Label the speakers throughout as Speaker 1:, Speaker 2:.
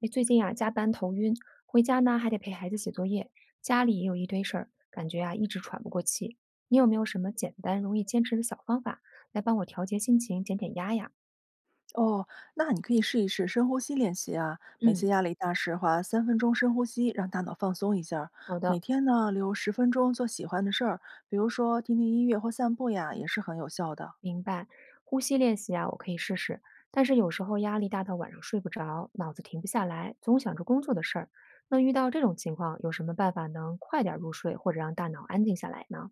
Speaker 1: 哎，最近啊，加班头晕，回家呢还得陪孩子写作业，家里也有一堆事儿，感觉啊一直喘不过气。你有没有什么简单容易坚持的小方法，来帮我调节心情、减减压呀？
Speaker 2: 哦，那你可以试一试深呼吸练习啊。每次
Speaker 1: 嗯，
Speaker 2: 压力大时，花三分钟深呼吸，让大脑放松一下儿。
Speaker 1: 好
Speaker 2: 每
Speaker 1: 的，
Speaker 2: 天呢，留10分钟做喜欢的事儿，比如说听听音乐或散步呀，也是很有效的。
Speaker 1: 明白。呼吸练习啊，我可以试试，但是有时候压力大到晚上睡不着，脑子停不下来，总想着工作的事儿。那遇到这种情况，有什么办法能快点儿入睡，或者让大脑安静下来呢？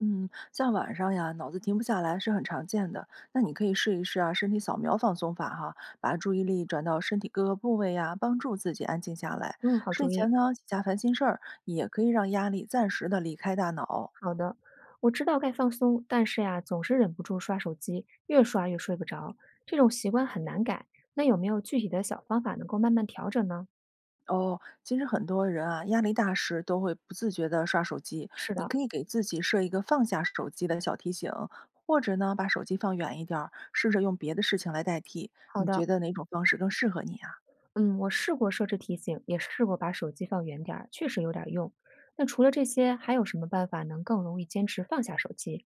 Speaker 2: 嗯，像晚上呀，脑子停不下来是很常见的。那你可以试一试啊，身体扫描放松法哈，把注意力转到身体各个部位呀，帮助自己安静下来。
Speaker 1: 嗯，好
Speaker 2: 睡
Speaker 1: 主意。
Speaker 2: 前呢，几下烦心事儿，也可以让压力暂时的离开大脑。
Speaker 1: 好的，我知道该放松，但是呀，总是忍不住刷手机，越刷越睡不着，这种习惯很难改。那有没有具体的小方法能够慢慢调整呢？
Speaker 2: 哦，其实很多人啊，压力大时都会不自觉的刷手机。
Speaker 1: 是
Speaker 2: 你
Speaker 1: 的，
Speaker 2: 可以给自己设一个放下手机的小提醒，或者呢，把手机放远一点儿，试着用别的事情来代替。
Speaker 1: 好
Speaker 2: 你
Speaker 1: 的，
Speaker 2: 觉得哪种方式更适合你啊？
Speaker 1: 嗯，我试过设置提醒，也试过把手机放远点儿，确实有点儿用。那除了这些，还有什么办法能更容易坚持放下手机？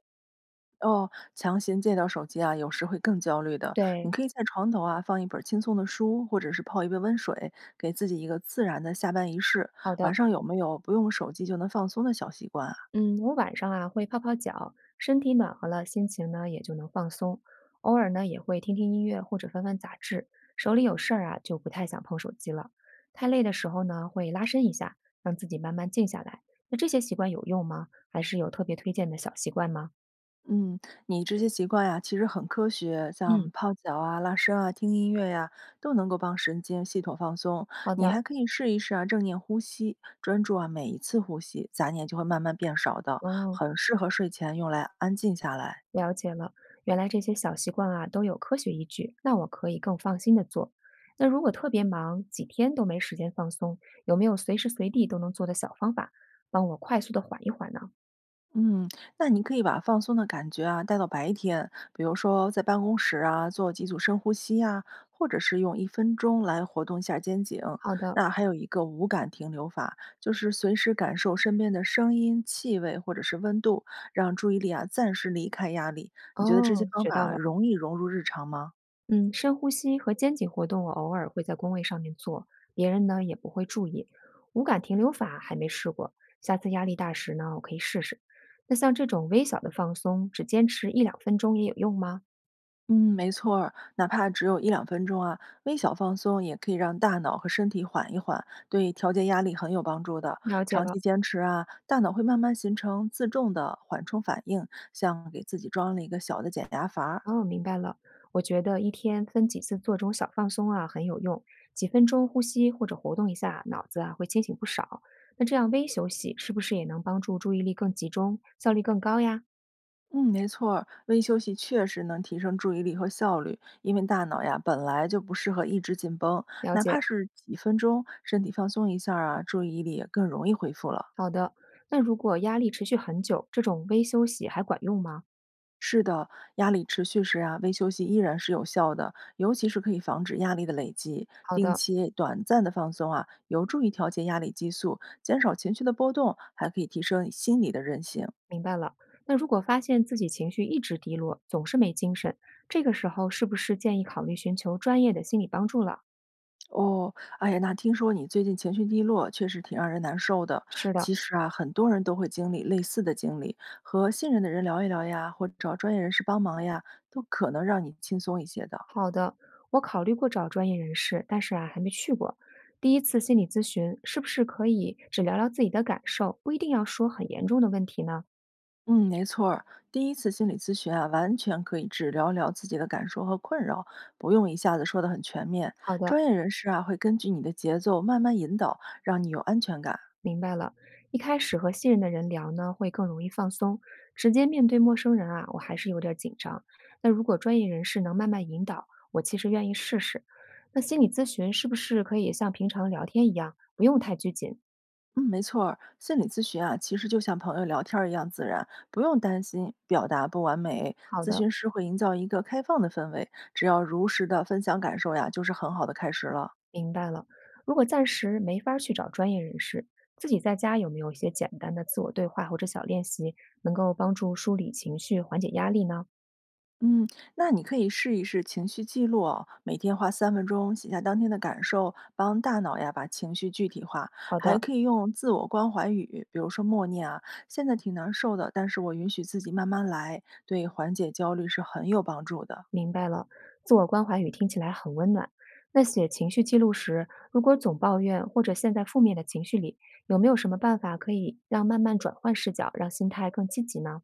Speaker 2: 哦，强行戒掉手机啊，有时会更焦虑的。你
Speaker 1: 对，
Speaker 2: 可以在床头啊放一本轻松的书，或者是泡一杯温水，给自己一个自然的下班仪式。
Speaker 1: 好
Speaker 2: 晚
Speaker 1: 的。
Speaker 2: 上有没有不用手机就能放松的小习惯啊。
Speaker 1: 嗯，我晚上啊会泡泡脚，身体暖和了，心情呢也就能放松。偶尔呢也会听听音乐或者翻翻杂志，手里有事儿啊就不太想碰手机了。太累的时候呢会拉伸一下，让自己慢慢静下来。那这些习惯有用吗？还是有特别推荐的小习惯吗？
Speaker 2: 嗯，你这些习惯呀，其实很科学，像
Speaker 1: 嗯，
Speaker 2: 泡脚啊、拉伸啊、听音乐呀，都能够帮神经系统放松。
Speaker 1: 好
Speaker 2: 你
Speaker 1: 的，
Speaker 2: 还可以试一试啊，正念呼吸，专注啊每一次呼吸，杂念就会慢慢变少的，
Speaker 1: 哦。
Speaker 2: 很适合睡前用来安静下来。
Speaker 1: 了解了，原来这些小习惯啊都有科学依据，那我可以更放心的做。那如果特别忙，几天都没时间放松，有没有随时随地都能做的小方法，帮我快速的缓一缓呢？
Speaker 2: 嗯，那你可以把放松的感觉啊带到白天，比如说在办公室啊做几组深呼吸呀、或者是用1分钟来活动一下肩颈。
Speaker 1: 好的，
Speaker 2: 那还有一个无感停留法，就是随时感受身边的声音、气味或者是温度，让注意力啊暂时离开压力。你觉得这些
Speaker 1: 哦，
Speaker 2: 方
Speaker 1: 学到
Speaker 2: 法
Speaker 1: 了。
Speaker 2: 容易融入日常吗？
Speaker 1: 嗯，深呼吸和肩颈活动我偶尔会在工位上面做，别人呢也不会注意。无感停留法还没试过，下次压力大时呢，我可以试试。那像这种微小的放松，只坚持一两分钟也有用吗？
Speaker 2: 嗯，没错儿，哪怕只有一两分钟啊，微小放松也可以让大脑和身体缓一缓，对调节压力很有帮助的。
Speaker 1: 了解
Speaker 2: 长期
Speaker 1: 了。
Speaker 2: 坚持啊，大脑会慢慢形成自动的缓冲反应，像给自己装了一个小的减压阀儿。
Speaker 1: 哦，明白了。我觉得一天分几次做这种小放松啊，很有用。几分钟呼吸或者活动一下脑子啊，会清醒不少。那这样微休息是不是也能帮助注意力更集中，效率更高呀？
Speaker 2: 嗯，没错儿，微休息确实能提升注意力和效率，因为大脑呀本来就不适合一直紧绷，
Speaker 1: 了
Speaker 2: 哪
Speaker 1: 解。
Speaker 2: 怕是几分钟，身体放松一下儿啊，注意力也更容易恢复了。
Speaker 1: 好的。那如果压力持续很久，这种微休息还管用吗？
Speaker 2: 是的，压力持续时啊，微休息依然是有效的，尤其是可以防止压力的累积。
Speaker 1: 好
Speaker 2: 定
Speaker 1: 的，
Speaker 2: 期短暂的放松啊，有助于调节压力激素，减少情绪的波动，还可以提升心理的韧性。
Speaker 1: 明白了。那如果发现自己情绪一直低落，总是没精神，这个时候是不是建议考虑寻求专业的心理帮助了？
Speaker 2: 哦，哎呀，那听说你最近情绪低落，确实挺让人难受的。
Speaker 1: 是的。
Speaker 2: 其实啊，很多人都会经历类似的经历，和信任的人聊一聊呀，或者找专业人士帮忙呀，都可能让你轻松一些的。
Speaker 1: 好的，我考虑过找专业人士，但是啊，还没去过。第一次心理咨询是不是可以只聊聊自己的感受，不一定要说很严重的问题呢？
Speaker 2: 嗯，没错儿，第一次心理咨询啊，完全可以只聊聊自己的感受和困扰，不用一下子说的很全面。
Speaker 1: 好的，
Speaker 2: 专业人士啊，会根据你的节奏慢慢引导，让你有安全感。
Speaker 1: 明白了。一开始和信任的人聊呢，会更容易放松。直接面对陌生人啊，我还是有点儿紧张。那如果专业人士能慢慢引导，我其实愿意试试。那心理咨询是不是可以像平常聊天一样，不用太拘谨？
Speaker 2: 嗯，没错儿，心理咨询啊，其实就像朋友聊天儿一样自然，不用担心表达不完美。
Speaker 1: 好
Speaker 2: 咨
Speaker 1: 的，
Speaker 2: 询师会营造一个开放的氛围，只要如实的分享感受呀，就是很好的开始了。
Speaker 1: 明白了。如果暂时没法儿去找专业人士，自己在家有没有一些简单的自我对话或者小练习，能够帮助梳理情绪、缓解压力呢？
Speaker 2: 嗯，那你可以试一试情绪记录哦，每天花三分钟写下当天的感受，帮大脑呀把情绪具体化。
Speaker 1: 好
Speaker 2: 还
Speaker 1: 的，
Speaker 2: 可以用自我关怀语，比如说默念啊，现在挺难受的，但是我允许自己慢慢来，对缓解焦虑是很有帮助的。
Speaker 1: 明白了。自我关怀语听起来很温暖。那写情绪记录时，如果总抱怨或者陷在负面的情绪里，有没有什么办法可以让慢慢转换视角，让心态更积极呢？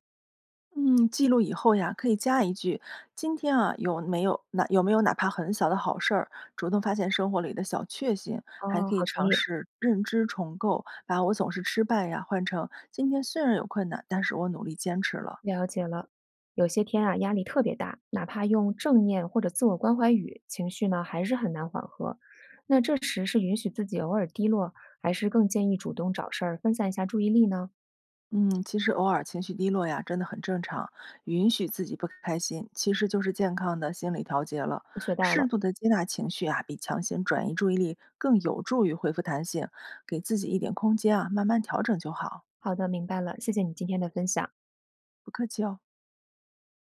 Speaker 2: 嗯，记录以后呀，可以加一句：“今天啊，有没有哪怕很小的好事儿，主动发现生活里的小确幸，还
Speaker 1: 哦，
Speaker 2: 可以
Speaker 1: 好主
Speaker 2: 尝
Speaker 1: 意。
Speaker 2: 试认知重构，把我总是失败呀换成今天虽然有困难，但是我努力坚持了。”
Speaker 1: 了解了，有些天啊，压力特别大，哪怕用正念或者自我关怀语，情绪呢还是很难缓和。那这时是允许自己偶尔低落，还是更建议主动找事儿分散一下注意力呢？
Speaker 2: 嗯，其实偶尔情绪低落呀，真的很正常。允许自己不开心，其实就是健康的心理调节了。
Speaker 1: 我学到
Speaker 2: 适
Speaker 1: 了，
Speaker 2: 度的接纳情绪啊，比强行转移注意力更有助于恢复弹性。给自己一点空间啊，慢慢调整就好。
Speaker 1: 好的，明白了，谢谢你今天的分享。
Speaker 2: 不客气哦。